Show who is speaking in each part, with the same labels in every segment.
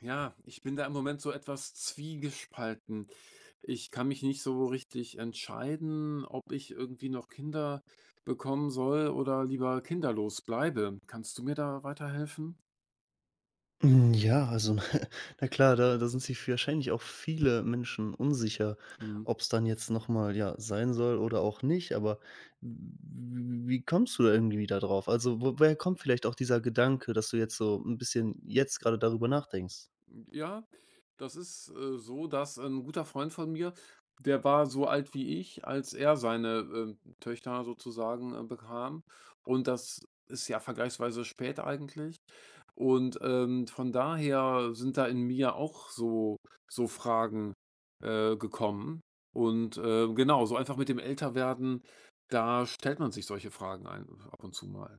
Speaker 1: Ja, ich bin da im Moment so etwas zwiegespalten. Ich kann mich nicht so richtig entscheiden, ob ich irgendwie noch Kinder bekommen soll oder lieber kinderlos bleibe. Kannst du mir da weiterhelfen?
Speaker 2: Hm, ja, also, na klar, da sind sich wahrscheinlich auch viele Menschen unsicher,
Speaker 1: Mhm.
Speaker 2: ob es dann jetzt noch mal, ja, sein soll oder auch nicht, aber w wie kommst du da irgendwie da drauf? Also, wo woher kommt vielleicht auch dieser Gedanke, dass du jetzt so ein bisschen jetzt gerade darüber nachdenkst?
Speaker 1: Ja, das ist, so, dass ein guter Freund von mir, der war so alt wie ich, als er seine, Töchter sozusagen, bekam. Und das ist ja vergleichsweise spät eigentlich. Und, von daher sind da in mir auch so Fragen, gekommen. Und, genau, so einfach mit dem Älterwerden, da stellt man sich solche Fragen ein ab und zu mal.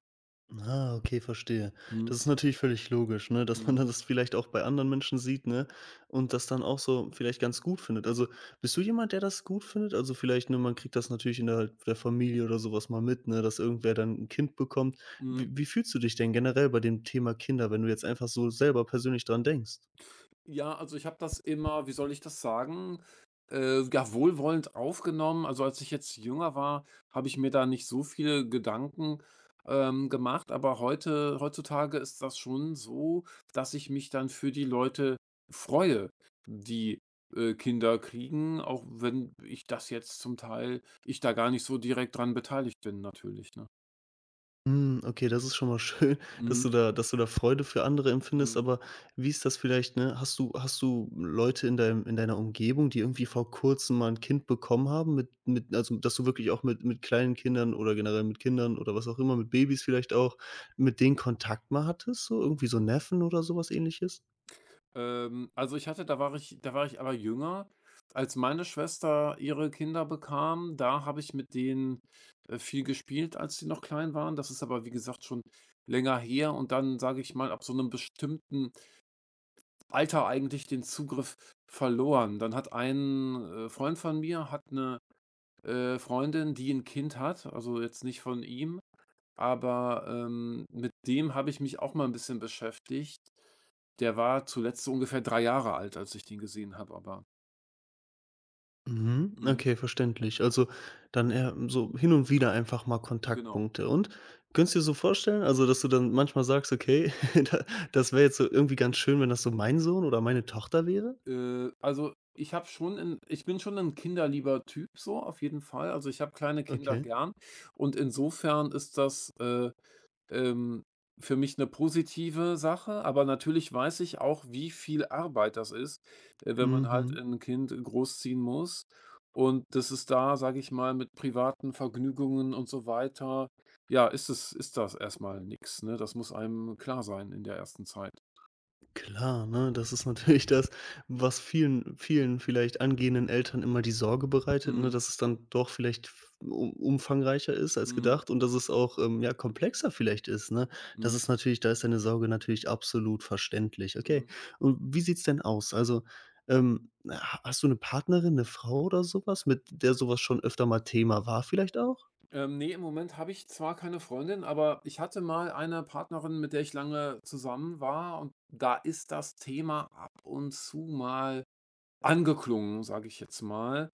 Speaker 2: Ah, okay, verstehe.
Speaker 1: Mhm.
Speaker 2: Das ist natürlich völlig logisch, ne, dass man
Speaker 1: Mhm.
Speaker 2: dann das vielleicht auch bei anderen Menschen sieht, ne, und das dann auch so vielleicht ganz gut findet. Also, bist du jemand, der das gut findet? Also, vielleicht, ne, man kriegt das natürlich in der Familie oder sowas mal mit, ne, dass irgendwer dann ein Kind bekommt.
Speaker 1: Mhm.
Speaker 2: Wie fühlst du dich denn generell bei dem Thema Kinder, wenn du jetzt einfach so selber persönlich dran denkst?
Speaker 1: Ja, also ich habe das immer, wie soll ich das sagen, ja, wohlwollend aufgenommen. Also, als ich jetzt jünger war, habe ich mir da nicht so viele Gedanken, gemacht, aber heute heutzutage ist das schon so, dass ich mich dann für die Leute freue, die, Kinder kriegen, auch wenn ich das jetzt zum Teil, ich da gar nicht so direkt dran beteiligt bin natürlich, ne?
Speaker 2: Hm, okay, das ist schon mal schön, dass
Speaker 1: Mhm.
Speaker 2: du da dass du da Freude für andere empfindest,
Speaker 1: Mhm.
Speaker 2: aber wie ist das vielleicht, ne? Hast du Leute in deinem in deiner Umgebung, die irgendwie vor Kurzem mal ein Kind bekommen haben mit also, dass du wirklich auch mit kleinen Kindern oder generell mit Kindern oder was auch immer, mit Babys vielleicht auch, mit denen Kontakt mal hattest, so irgendwie so Neffen oder sowas Ähnliches?
Speaker 1: Also ich hatte, da war ich aber jünger. Als meine Schwester ihre Kinder bekam, da habe ich mit denen, viel gespielt, als sie noch klein waren. Das ist aber, wie gesagt, schon länger her und dann, sage ich mal, ab so einem bestimmten Alter eigentlich den Zugriff verloren. Dann hat ein, Freund von mir hat eine Freundin, die ein Kind hat, also jetzt nicht von ihm, aber, mit dem habe ich mich auch mal ein bisschen beschäftigt. Der war zuletzt so ungefähr 3 Jahre alt, als ich den gesehen habe, aber.
Speaker 2: Mhm,
Speaker 1: Mhm,
Speaker 2: okay, verständlich. Also, dann eher so hin und wieder einfach mal
Speaker 1: genau.
Speaker 2: Kontaktpunkte. Und könntest du dir so vorstellen, also, dass du dann manchmal sagst: „Okay, da das wäre jetzt so irgendwie ganz schön, wenn das so mein Sohn oder meine Tochter wäre?“
Speaker 1: Also, ich bin schon ein kinderlieber Typ so, auf jeden Fall. Also, ich habe kleine Kinder
Speaker 2: Okay.
Speaker 1: gern und insofern ist das, ähm, für mich eine positive Sache, aber natürlich weiß ich auch, wie viel Arbeit das ist, wenn man halt
Speaker 2: Mhm.
Speaker 1: ein Kind großziehen muss und das ist da, sage ich mal, mit privaten Vergnügungen und so weiter, ja, ist das erstmal mal nix, ne? Das muss einem klar sein in der ersten Zeit.
Speaker 2: Klar, ne? Das ist natürlich das, was vielen vielleicht angehenden Eltern immer die Sorge bereitet, ne,
Speaker 1: Mhm,
Speaker 2: dass es dann doch vielleicht f um umfangreicher ist als
Speaker 1: mhm,
Speaker 2: gedacht und dass es auch, ja, komplexer vielleicht ist, ne? Das
Speaker 1: mhm,
Speaker 2: ist natürlich da ist deine Sorge natürlich absolut verständlich.
Speaker 1: mhm.
Speaker 2: Okay, und wie sieht's denn aus? Also, ha hast du eine Partnerin, eine Frau oder sowas, mit der sowas schon öfter mal Thema war vielleicht auch?
Speaker 1: Ne, im Moment habe ich zwar keine Freundin, aber ich hatte mal eine Partnerin, mit der ich lange zusammen war, und da ist das Thema ab und zu mal angeklungen, sage ich jetzt mal.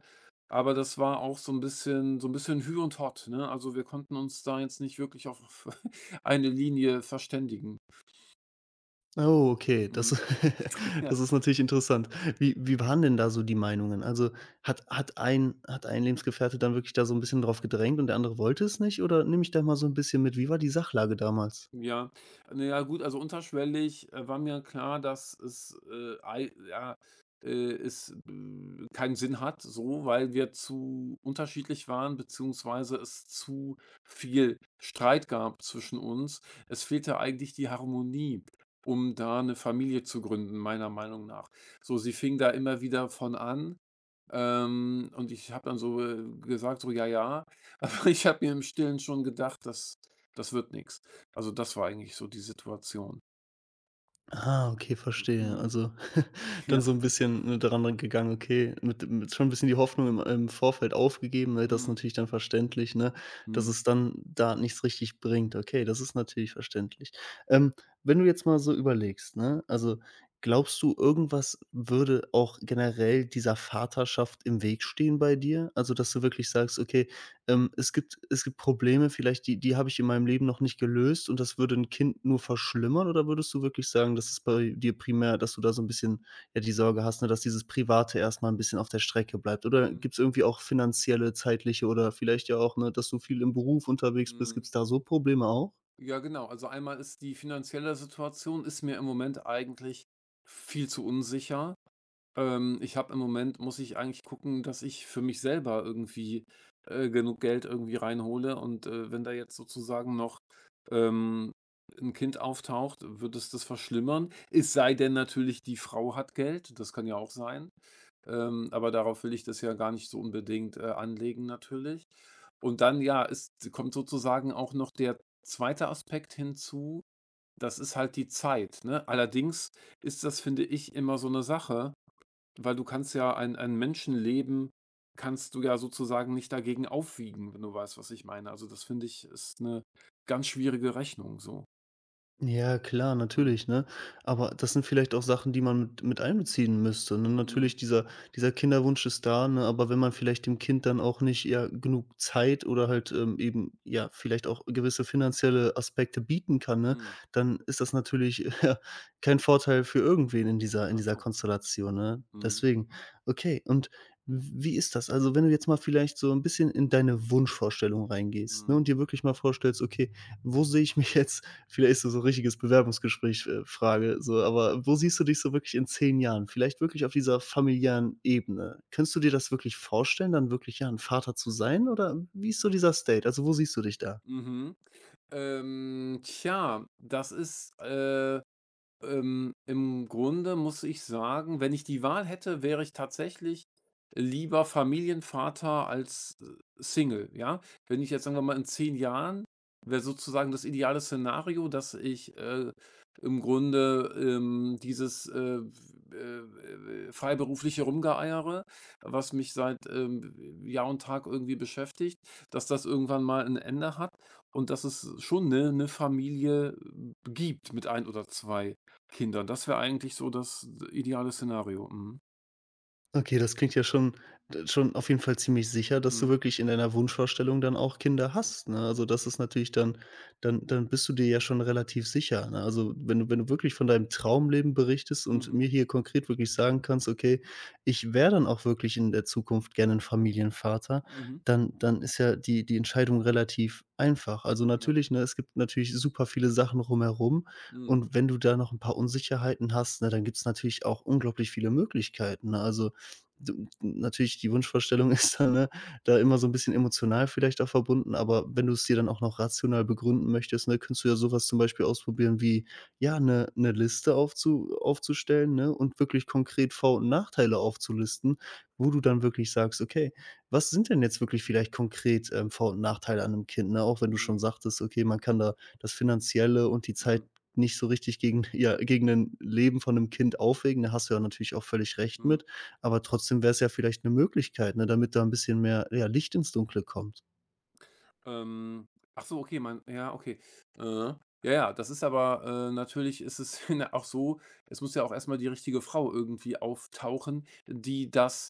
Speaker 1: Aber das war auch so ein bisschen Hü und Hott, ne? Also, wir konnten uns da jetzt nicht wirklich auf eine Linie verständigen.
Speaker 2: Oh, okay, das
Speaker 1: Mhm.
Speaker 2: das ist natürlich interessant. Wie waren denn da so die Meinungen? Also, hat ein Lebensgefährte dann wirklich da so ein bisschen drauf gedrängt und der andere wollte es nicht? Oder nehme ich da mal so ein bisschen mit. Wie war die Sachlage damals?
Speaker 1: Ja, na ja, gut, also unterschwellig, war mir klar, dass es, ei ja, es, keinen Sinn hat so, weil wir zu unterschiedlich waren, beziehungsweise es zu viel Streit gab zwischen uns. Es fehlte eigentlich die Harmonie, um da eine Familie zu gründen, meiner Meinung nach. So, sie fing da immer wieder von an, und ich habe dann so, gesagt, so: „Ja, ja." Aber ich habe mir im Stillen schon gedacht, das wird nichts. Also, das war eigentlich so die Situation.
Speaker 2: Ah, okay, verstehe.
Speaker 1: Mhm.
Speaker 2: Also, dann
Speaker 1: Ja.
Speaker 2: so ein bisschen, ne, daran gegangen, okay, mit schon ein bisschen die Hoffnung im Vorfeld aufgegeben, weil das ist
Speaker 1: Mhm.
Speaker 2: natürlich dann verständlich, ne, dass
Speaker 1: Mhm.
Speaker 2: es dann da nichts richtig bringt. Okay, das ist natürlich verständlich. Ähm, Wenn du jetzt mal so überlegst, ne, also, glaubst du, irgendwas würde auch generell dieser Vaterschaft im Weg stehen bei dir? Also, dass du wirklich sagst: „Okay, es gibt Probleme vielleicht, die habe ich in meinem Leben noch nicht gelöst und das würde ein Kind nur verschlimmern oder würdest du wirklich sagen, dass es bei dir primär dass du da so ein bisschen, ja, die Sorge hast, ne, dass dieses Private erst mal 'n bisschen auf der Strecke bleibt? Oder
Speaker 1: Mhm.
Speaker 2: gibt es irgendwie auch finanzielle, zeitliche oder vielleicht ja auch, ne, dass du viel im Beruf unterwegs bist? Gibt
Speaker 1: Mhm.
Speaker 2: es da so Probleme auch?
Speaker 1: Ja, genau. Also, einmal, ist die finanzielle Situation ist mir im Moment eigentlich viel zu unsicher. Ich habe, im Moment muss ich eigentlich gucken, dass ich für mich selber irgendwie, genug Geld irgendwie reinhole, und, wenn da jetzt sozusagen noch, ähm, 'n Kind auftaucht, wird es das verschlimmern. Es sei denn natürlich, die Frau hat Geld, das kann ja auch sein, aber darauf will ich das ja gar nicht so unbedingt, anlegen natürlich. Und dann, ja, es kommt sozusagen auch noch der zweite Aspekt hinzu, das ist halt die Zeit, ne? Allerdings ist das, finde ich, immer so eine Sache, weil du kannst ja, ein Menschenleben kannst du ja sozusagen nicht dagegen aufwiegen, wenn du weißt, was ich meine. Also, das, finde ich, ist eine ganz schwierige Rechnung so.
Speaker 2: Ja, klar,
Speaker 1: Mhm.
Speaker 2: natürlich, ne? Aber das sind vielleicht auch Sachen, die man mit einbeziehen müsste, ne?
Speaker 1: Mhm.
Speaker 2: Natürlich, dieser Kinderwunsch ist da, ne? Aber wenn man vielleicht dem Kind dann auch nicht, ja, genug Zeit oder halt, eben, ja, vielleicht auch gewisse finanzielle Aspekte bieten kann, ne,
Speaker 1: Mhm.
Speaker 2: dann ist das natürlich, ja, kein Vorteil für irgendwen in dieser in
Speaker 1: Ach
Speaker 2: dieser
Speaker 1: so.
Speaker 2: Konstellation, ne?
Speaker 1: Mhm.
Speaker 2: Deswegen. Okay, und wie ist das? Also, wenn du jetzt mal vielleicht so ein bisschen in deine Wunschvorstellung reingehst, ne,
Speaker 1: Mhm.
Speaker 2: und dir wirklich mal vorstellst: „Okay, wo sehe ich mich jetzt. Vielleicht ist das so ein richtiges Bewerbungsgespräch, Frage, so, aber wo siehst du dich so wirklich in 10 Jahren? Vielleicht wirklich auf dieser familiären Ebene. Könntest du dir das wirklich vorstellen, dann wirklich, ja, ein Vater zu sein oder wie ist so dieser State? Also, wo siehst du dich da?
Speaker 1: Mhm. Tja, im Grunde muss ich sagen, wenn ich die Wahl hätte, wäre ich tatsächlich lieber Familienvater als, Single, ja? Wenn ich jetzt, sagen wir mal, in 10 Jahren, wäre sozusagen das ideale Szenario, dass ich, im Grunde, dieses, freiberufliche Rumgeeiere, was mich seit, Jahr und Tag irgendwie beschäftigt, dass das irgendwann mal ein Ende hat, und dass es schon eine Familie, gibt, mit ein oder zwei Kindern, das wäre eigentlich so das ideale Szenario. Mhm.
Speaker 2: Okay, das klingt ja schon auf jeden Fall ziemlich sicher, dass du
Speaker 1: Mhm.
Speaker 2: wirklich in deiner Wunschvorstellung dann auch Kinder hast, ne? Also, das ist natürlich dann dann bist du dir ja schon relativ sicher, ne? Also, wenn du wirklich von deinem Traumleben berichtest und
Speaker 1: Mhm.
Speaker 2: mir hier konkret wirklich sagen kannst: „Okay, ich wäre dann auch wirklich in der Zukunft gerne ein Familienvater“,
Speaker 1: Mhm.
Speaker 2: dann ist ja die Entscheidung relativ einfach. Also,
Speaker 1: Ja.
Speaker 2: natürlich, ne, es gibt natürlich super viele Sachen rumherum
Speaker 1: Mhm.
Speaker 2: und wenn du da noch ein paar Unsicherheiten hast, ne, dann gibt's natürlich auch unglaublich viele Möglichkeiten, ne? Also, D natürlich die Wunschvorstellung ist da, ne, da immer so ein bisschen emotional vielleicht auch verbunden, aber wenn du es dir dann auch noch rational begründen möchtest, ne, könntest du ja so was zum Beispiel ausprobieren wie, ja, eine Liste aufzustellen, ne, und wirklich konkret Vor und Nachteile aufzulisten, wo du dann wirklich sagst: „Okay, was sind denn jetzt wirklich vielleicht konkret, Vor und Nachteile an 'nem Kind?“ Ne, auch wenn du
Speaker 1: Mhm.
Speaker 2: schon sagtest: „Okay, man kann da das Finanzielle und die Zeit
Speaker 1: Mhm.
Speaker 2: nicht so richtig gegen ja, gegen ein Leben von einem Kind aufwägen.“ Da hast du ja natürlich auch völlig recht
Speaker 1: Mhm.
Speaker 2: mit. Aber trotzdem wäre es ja vielleicht eine Möglichkeit, ne, damit da ein bisschen mehr, ja, Licht ins Dunkle kommt.
Speaker 1: Ähm, ach so, okay, mein, ja, okay. Äh, ja, ja, das ist aber, natürlich ist es, na, auch so, es muss ja auch erstmal die richtige Frau irgendwie auftauchen, die das,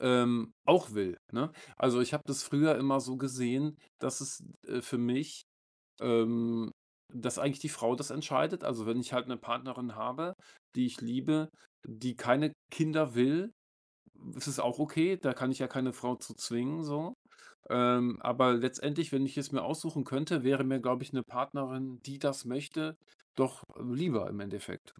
Speaker 1: auch will, ne? Also, ich habe das früher immer so gesehen, dass es, für mich Ähm, dass eigentlich die Frau das entscheidet. Also, wenn ich halt eine Partnerin habe, die ich liebe, die keine Kinder will, ist es auch okay. Da kann ich ja keine Frau zu zwingen so. Aber letztendlich, wenn ich es mir aussuchen könnte, wäre mir, glaube ich, eine Partnerin, die das möchte, doch lieber im Endeffekt.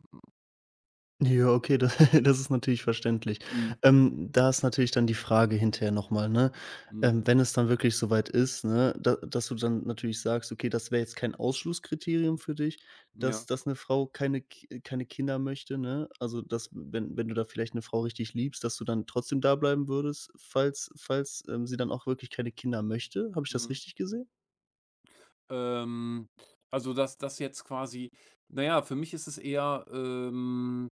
Speaker 2: Ja, okay, da das ist natürlich verständlich.
Speaker 1: Mhm,
Speaker 2: Da ist natürlich dann die Frage hinterher noch mal, ne,
Speaker 1: mhm,
Speaker 2: wenn es dann wirklich soweit ist, ne, da dass du dann natürlich sagst: „Okay, das wäre jetzt kein Ausschlusskriterium für dich, dass
Speaker 1: ja,
Speaker 2: dass eine Frau keine Kinder möchte“, ne? Also, dass wenn du da vielleicht eine Frau richtig liebst, dass du dann trotzdem da bleiben würdest, falls, sie dann auch wirklich keine Kinder möchte. Habe ich das
Speaker 1: mhm.
Speaker 2: richtig gesehen?
Speaker 1: Ähm, also, dass das jetzt quasi naja, für mich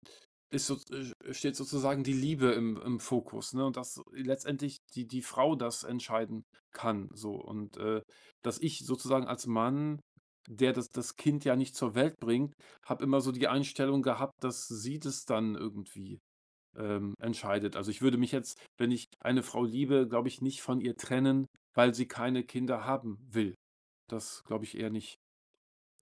Speaker 1: ist so, steht sozusagen die Liebe im Fokus, ne? Und dass letztendlich die Frau das entscheiden kann so, und, dass ich sozusagen als Mann, der das Kind ja nicht zur Welt bringt, habe immer so die Einstellung gehabt, dass sie das dann irgendwie, entscheidet. Also, ich würde mich jetzt, wenn ich eine Frau liebe, glaube ich, nicht von ihr trennen, weil sie keine Kinder haben will. Das glaube ich eher nicht.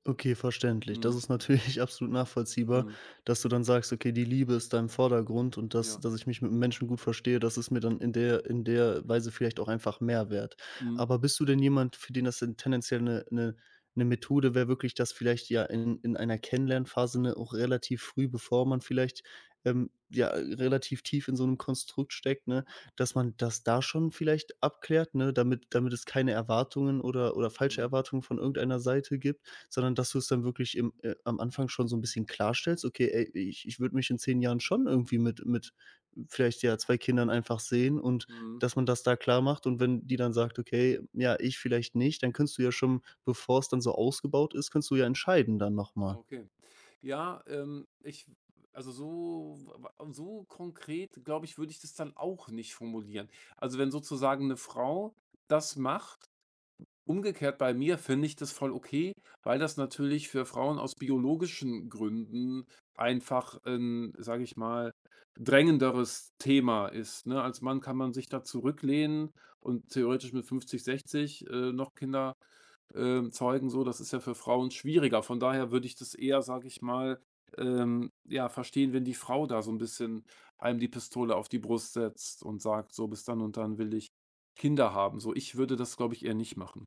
Speaker 2: Okay, verständlich. Das
Speaker 1: Mhm,
Speaker 2: ist natürlich absolut nachvollziehbar,
Speaker 1: mhm,
Speaker 2: dass du dann sagst: „Okay, die Liebe ist da im Vordergrund und dass
Speaker 1: ja.
Speaker 2: dass ich mich mit Menschen gut verstehe, das ist mir dann in der Weise vielleicht auch einfach mehr wert.“
Speaker 1: Mhm,
Speaker 2: Aber bist du denn jemand, für den das denn tendenziell eine 'ne Methode wäre, wirklich das vielleicht ja in einer Kennenlernphase, ne, auch relativ früh, bevor man vielleicht, ja, relativ tief in so einem Konstrukt steckt, ne, dass man das da schon vielleicht abklärt, ne, damit es keine Erwartungen oder falsche
Speaker 1: mhm,
Speaker 2: Erwartungen von irgendeiner Seite gibt, sondern dass du es dann wirklich im am Anfang schon so ein bisschen klarstellst: „Okay, ey, ich würde mich in 10 Jahren schon irgendwie mit vielleicht, ja, 2 Kindern einfach sehen“ und
Speaker 1: mhm.
Speaker 2: dass man das da klar macht und wenn die dann sagt: „Okay, ja, ich vielleicht nicht“, dann kannst du ja schon, bevor es dann so ausgebaut ist, kannst du ja entscheiden dann noch
Speaker 1: Ah,
Speaker 2: mal.
Speaker 1: okay. Ja, ich, also so w w so konkret, glaube ich, würde ich das dann auch nicht formulieren. Also, wenn sozusagen eine Frau das macht, umgekehrt bei mir, finde ich das voll okay, weil das natürlich für Frauen aus biologischen Gründen einfach 'n, sage ich mal, drängenderes Thema ist, ne? Als Mann kann man sich da zurücklehnen und theoretisch mit 50, 60, noch Kinder, zeigen, so, das ist ja für Frauen schwieriger. Von daher würde ich das eher, sage ich mal, ja, verstehen, wenn die Frau da so ein bisschen einem die Pistole auf die Brust setzt und sagt: „So, bis dann und dann will ich Kinder haben." So, ich würde das, glaube ich, eher nicht machen.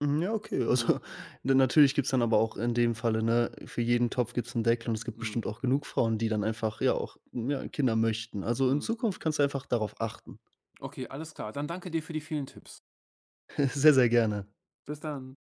Speaker 2: Mhm, ja, okay.
Speaker 1: Mhm,
Speaker 2: Also, natürlich gibt's dann aber auch in dem Falle, ne, für jeden Topf gibt's 'n Deckel und es gibt
Speaker 1: mhm,
Speaker 2: bestimmt auch genug Frauen, die dann einfach, ja, auch, ja, Kinder möchten. Also, in
Speaker 1: mhm.
Speaker 2: Zukunft kannst du einfach darauf achten.
Speaker 1: Okay, alles klar. Dann danke dir für die vielen Tipps.
Speaker 2: Sehr, sehr gerne.
Speaker 1: Bis dann.